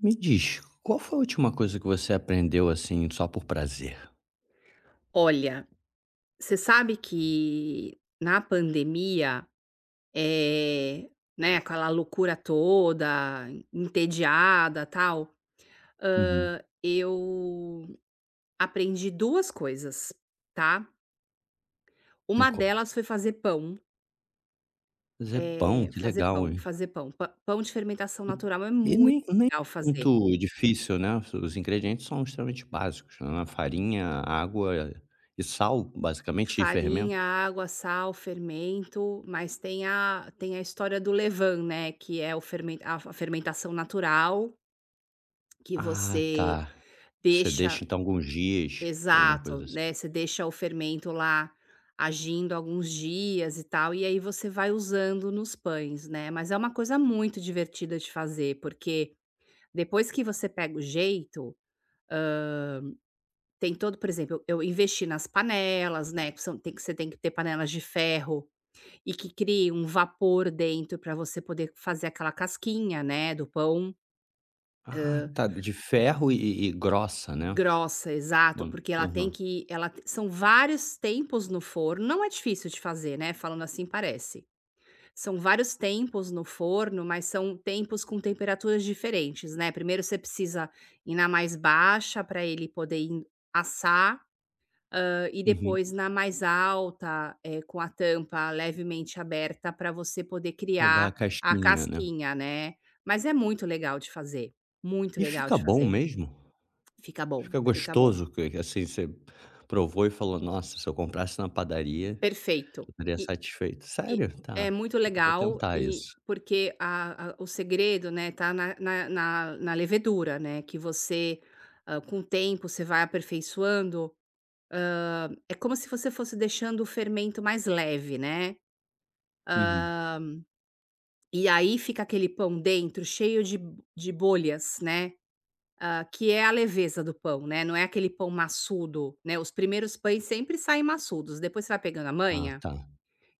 Me diz, qual foi a última coisa que você aprendeu, assim, só por prazer? Olha, você sabe que na pandemia, eh, né, aquela loucura toda, entediada, tal, Uhum. Eu aprendi duas coisas, tá. Me Uma conta. delas foi fazer pão, Fazer pão, que fazer legal, pão, hein? fazer pão. Pa Pão de fermentação E natural é e muito nem nem legal fazer. muito difícil, né, os ingredientes são extremamente básicos, né, farinha, água e sal, basicamente, e Farinha, fermento. água, sal, fermento, mas tem a história do levain, né, que é o fermen a fermentação natural que Ah, você tá. Você deixa. deixa, então, alguns dias, alguma coisa Exato, assim. né, você deixa o fermento lá agindo alguns dias e tal, e aí você vai usando nos pães, né. Mas é uma coisa muito divertida de fazer, porque depois que você pega o jeito, tem todo, por exemplo, eu investi nas panelas, né, que são tem que você tem que ter panelas de ferro e que crie um vapor dentro para você poder fazer aquela casquinha, né, do pão. Ah, tá, de ferro e grossa, né? Grossa, exato, Mano, porque ela tem aham. que são vários tempos no forno, não é difícil de fazer, né, falando assim parece. São vários tempos no forno, mas são tempos com temperaturas diferentes, né. Primeiro você precisa ir na mais baixa para ele poder in assar, e Uhum. depois na mais alta, com a tampa levemente aberta para você poder Pra dar a criar a casquinha, né. casquinha, né. Mas é muito legal de fazer, muito E legal fica de bom fazer. mesmo? Fica bom, Fica fica bom. gostoso que, assim, você provou e falou: "Nossa, se eu comprasse na padaria, Perfeito. eu estaria E satisfeito". e Sério? é Tá, muito eu vou legal, tentar e isso. porque a o segredo, né, tá na levedura, né, que você, com o tempo você vai aperfeiçoando, é como se você fosse deixando o fermento mais leve, né, Uhum. e aí fica aquele pão dentro cheio de b de bolhas, né, que é a leveza do pão, né, não é aquele pão maçudo, né. Os primeiros pães sempre saem maçudos, depois você vai pegando a Ah, manha. tá.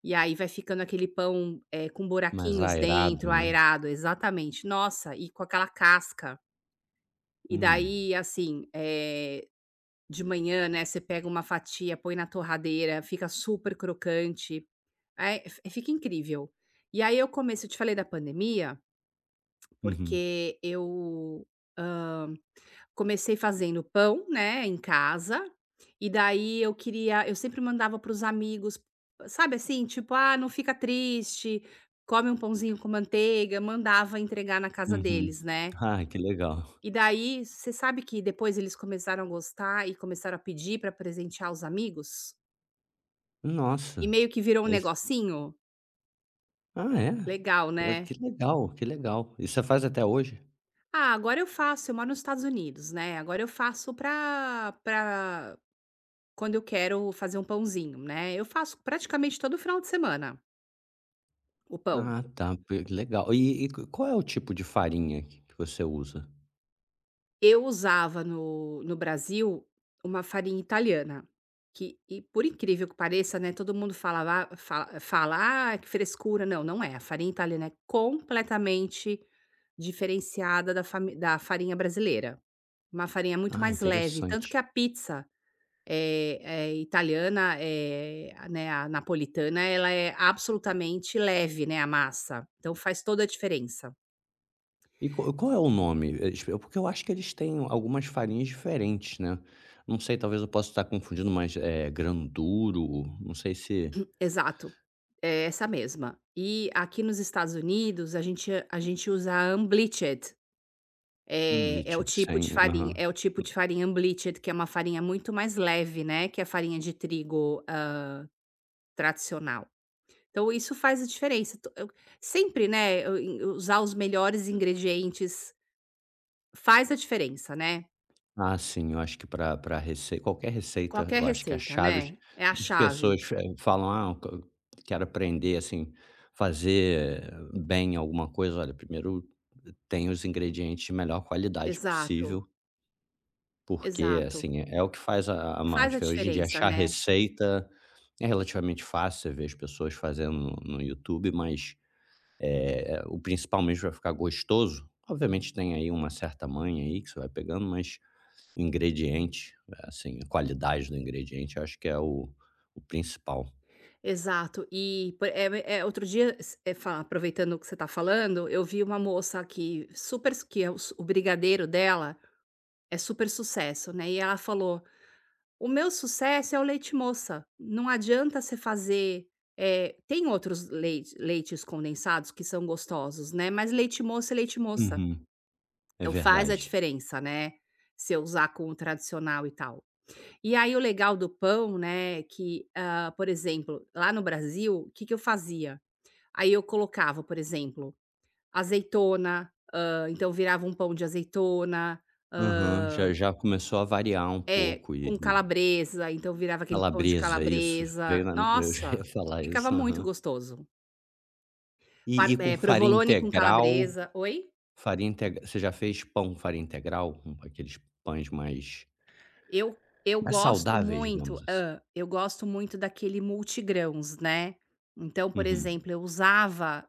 E aí vai ficando aquele pão, com Mais buraquinhos dentro, aerado, né. aerado, exatamente. Nossa, e com aquela casca. E Hum. daí, assim, de manhã, né, você pega uma fatia, põe na torradeira, fica super crocante. É, fi fica incrível. E aí eu comecei, eu te falei da pandemia, Uhum. porque eu, hã, comecei fazendo pão, né, em casa, e daí eu sempre mandava para os amigos, sabe, assim, tipo: "Ah, não fica triste, come um pãozinho com manteiga", mandava entregar na casa Uhum. deles, né. Ai, que legal. E daí, você sabe que depois eles começaram a gostar e começaram a pedir para presentear os amigos? E Nossa, meio que virou um esse negocinho ah, é? legal, Olha, né. que legal, que legal. E você faz até hoje? "Ah, agora eu faço", eu moro nos Estados Unidos, né, "agora eu faço para pra... Quando eu quero fazer um pãozinho", né, eu faço praticamente todo final de semana o pão. Ah, tá, p legal. E qual é o tipo de farinha que você usa? Eu usava no Brasil uma farinha italiana, que, e por incrível que pareça, né, todo mundo fala: "Ah, que frescura". Não, não é. A farinha italiana é completamente diferenciada da fami da farinha brasileira. Uma farinha muito Ah, mais leve, tanto interessante. que a pizza é, italiana, é a né, a napolitana, ela é absolutamente leve, né, a massa, então faz toda a diferença. E qual é o nome? Eles porque eu acho que eles têm algumas farinhas diferentes, né. Não sei, talvez eu possa estar confundindo, mas, granduro, não sei se Exato, é essa mesma. E aqui nos Estados Unidos, a gente usa a unbleached, é o Umblicht tipo sem de farinha aham. é o tipo de farinha unbleached, que é uma farinha muito mais leve, né, que a farinha de trigo, tradicional. Então isso faz a diferença. To Eu sempre, né, eu usar os melhores ingredientes faz a diferença, né. Ah, sim, eu acho que para pra rece qualquer receita, Qualquer eu acho que as receita, chaves né, é a as chave. pessoas fe falam: "Ah, eu co- quero aprender, assim, fazer bem alguma coisa". Olha, primeiro tem os ingredientes de melhor qualidade Exato, possível. Porque, exato. assim, é o que faz a maior Faz a diferença. Hoje em dia, diferença, achar né. receita é relativamente fácil, você vê as pessoas fazendo no YouTube, mas, o principal mesmo vai ficar gostoso, obviamente tem aí uma certa manha aí que você vai pegando, mas o ingrediente, assim, a qualidade do ingrediente, eu acho que é o principal. Exato. E outro dia, s eh, fa aproveitando o que você está falando, eu vi uma moça que super s que é o brigadeiro dela é super sucesso, né, e ela falou: "O meu sucesso é o leite moça, não adianta você fazer". Tem outros leites condensados que são gostosos, né, mas leite moça é leite moça. Uhum. É Então faz a verdade. diferença, né, se eu usar com o tradicional e tal. E aí o legal do pão, né, que, por exemplo, lá no Brasil, o que que eu fazia? Aí eu colocava, por exemplo, azeitona, então virava um pão de azeitona, Aham, hã já já começou a variar um é, pouco e com e calabresa, então virava aquele pão de calabresa, isso, veio calabresa. na eu já ia Nossa, falar ficava isso, muito aham. gostoso. E com farinha Provolone com integral. calabresa? Oi? Farinha integ você já fez pão farinha integral? Com aqueles pães mais Eu, mais saudáveis, digamos assim. Eu gosto muito daquele multigrãos, né. Então, por Uhum. exemplo, eu usava,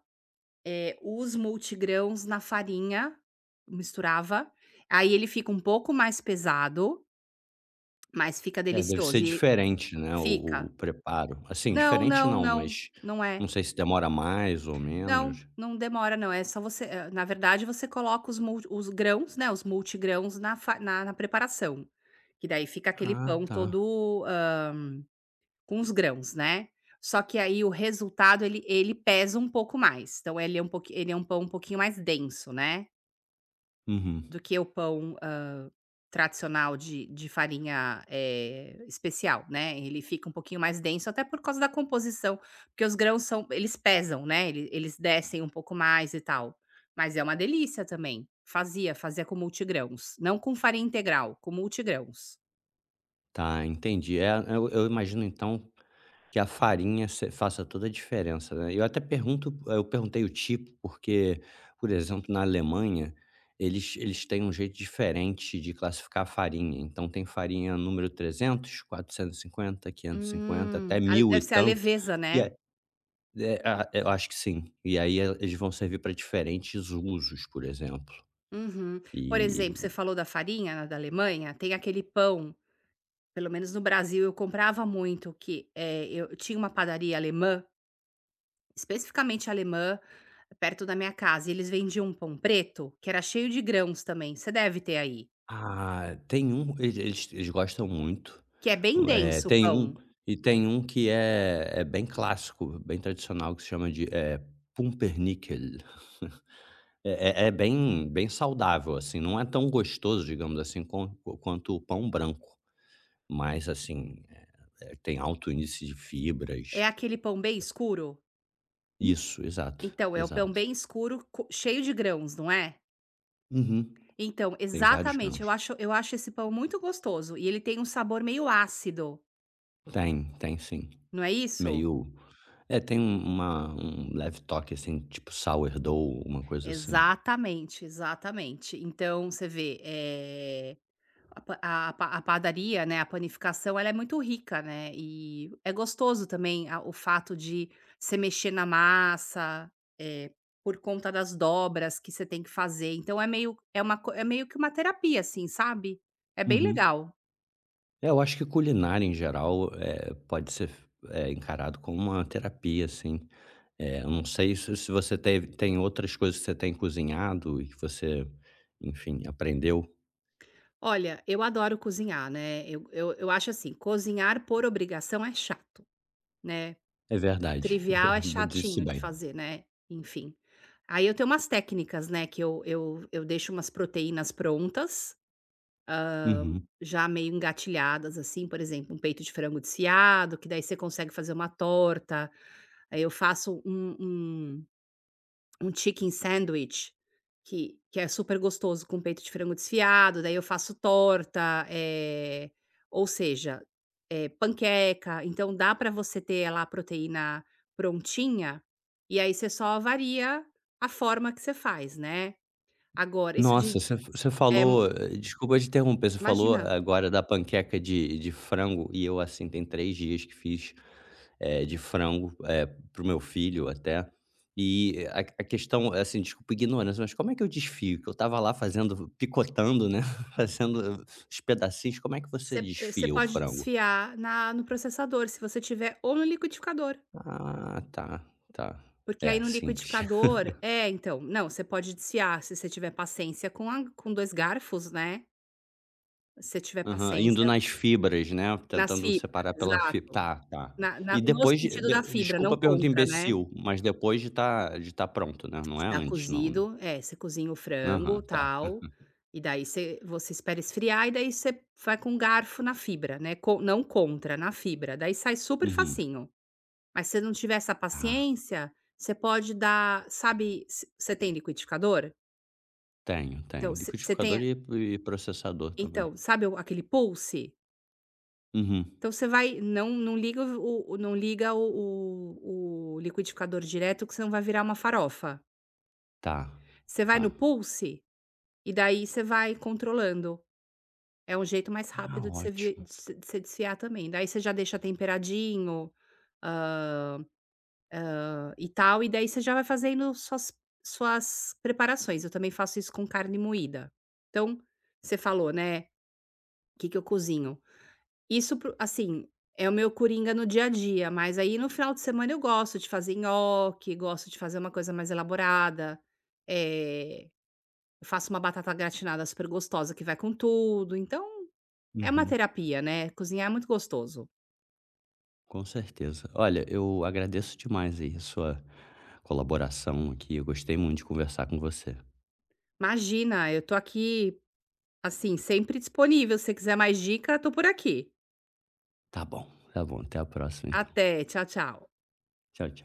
os multigrãos na farinha, misturava, aí ele fica um pouco mais pesado, mas fica É, deve ser delicioso e diferente, né, o fica. preparo. Assim, Não, diferente não, não, não, mas não é. não sei se demora mais ou Não, menos. não demora, não, é só você na verdade você coloca os mul os grãos, né, os multigrãos na fa na na preparação, que daí fica aquele Ah, pão tá. todo com os grãos, né. Só que aí o resultado, ele pesa um pouco mais, então ele é um pouqui ele é um pão um pouquinho mais denso, né, Uhum. do que o pão, tradicional, de farinha, especial, né. Ele fica um pouquinho mais denso até por causa da composição, porque os grãos, são eles pesam, né, eles descem um pouco mais e tal. Mas é uma delícia também. Fazia, fazia com multigrãos, não com farinha integral, com multigrãos. Tá, entendi. É, eu imagino então que a farinha se faça toda a diferença, né. Eu até pergunto eu perguntei o tipo, porque, por exemplo, na Alemanha, eles têm um jeito diferente de classificar a farinha. Então tem farinha número 300, 450, 550, até Hum. A, 1.000 e deve ser a tanto. leveza, E né. a é a eu acho que sim. E aí eles vão servir para diferentes usos, por exemplo. Uhum. Por exemplo, você falou da farinha, né, da Alemanha, tem aquele pão, pelo menos no Brasil eu comprava muito, que, eu tinha uma padaria alemã, especificamente alemã, perto da minha casa, e eles vendiam um pão preto, que era cheio de grãos também, você deve ter aí, Ah, tem um eles gostam muito. que é bem denso o Tem um pão. e tem um que é bem clássico, bem tradicional, que se chama de, pumpernickel. É bem bem saudável, assim, não é tão gostoso, digamos assim, com quanto o pão branco, mas, assim, tem alto índice de fibras. É aquele pão bem escuro? Isso, exato, Então, é o pão exato. bem escuro, co cheio de grãos, não é? Uhum. Então, Tem vários exatamente, eu grãos. acho, eu acho esse pão muito gostoso, e ele tem um sabor meio ácido, Tem, tem sim. não é isso? Meio é, tem um uma um leve toque, assim, tipo sourdough, uma coisa assim. Exatamente, exatamente. Então você vê, a pa a padaria, né, a panificação, ela é muito rica, né, e é gostoso também a o fato de você mexer na massa, eh, por conta das dobras que você tem que fazer, então é meio é uma co é meio que uma terapia, assim, sabe. É bem Uhum. legal. É, eu acho que culinária em geral, é pode ser f encarado como uma terapia, assim. Eu não sei se se você teve tem outras coisas que você tem cozinhado e que você, enfim, aprendeu. Olha, eu adoro cozinhar, né, eu, acho, assim, cozinhar por obrigação é chato, né. É verdade, é Trivial é verda disse chatinho de bem. fazer, né, enfim. Aí eu tenho umas técnicas, né, que eu, deixo umas proteínas prontas, Uhum. já meio engatilhadas, assim, por exemplo, um peito de frango desfiado, que daí você consegue fazer uma torta. Aí eu faço um, um chicken sandwich, que é super gostoso com peito de frango desfiado. Daí eu faço torta, ou seja, panqueca. Então dá para você ter lá a proteína prontinha, e aí você só varia a forma que você faz, né. Agora, isso Nossa, de... você eh, falou desculpa te interromper, você falou Imagina, agora da panqueca de frango e eu, assim, tem 3 dias que fiz de frango, para o meu filho até. E a questão, assim, desculpa a ignorância, mas como é que eu desfio? Que eu estava lá fazendo picotando, né, fazendo os pedacinhos, como é que você você, você desfia o pode frango? desfiar na no processador, se você tiver, ou no liquidificador. Ah, tá, tá. Porque aí É, no simples. liquidificador é, então, não, você pode desfiar, se você tiver paciência, com a, com 2 garfos, né, se você tiver Aham, indo paciência nas fibras, né, nas tentando fibras, separar pela fibra. exato. Tá, tá. Na na E No depois de sentido da de fibra, não desculpa a pergunta contra, né. imbecil, mas depois de tá pronto, né, não é Tá antes não, né? cozido, é, você cozinha o Aham, frango, tá. tal, e daí você, você espera esfriar, e daí você vai com um garfo na fibra, né, co não contra, na fibra, daí sai super Uhum. facinho. Mas se você não tiver essa Ah. paciência, você pode dar, sabe, você, você tem liquidificador? Tenho, tenho. Então você Liquidificador tem... e processador também. Então, sabe o aquele Pulse? Uhum. Então você vai, não, não liga o, o liquidificador direto, que senão vai virar uma farofa. Tá, Você vai tá. no Pulse, e daí você vai controlando. É um jeito mais Ah, rápido de você ótimo. De você desfiar também. Daí você já deixa temperadinho, hã, e tal, e daí você já vai fazendo suas, suas preparações. Eu também faço isso com carne moída. Então, você falou, né, o que que eu cozinho? Isso, pro, assim, é o meu coringa no dia a dia, mas aí no final de semana eu gosto de fazer nhoque, gosto de fazer uma coisa mais elaborada, eh, eu faço uma batata gratinada super gostosa que vai com tudo, então é uma Uhum, terapia, né, cozinhar é muito gostoso. com certeza. Olha, eu agradeço demais aí a sua colaboração aqui. Eu gostei muito de conversar com você. Imagina, eu tô aqui, assim, sempre disponível, se você quiser mais dica, tô por aqui. Tá bom, tá bom. Até a próxima, então. Até, tchau, tchau. Tchau, tchau.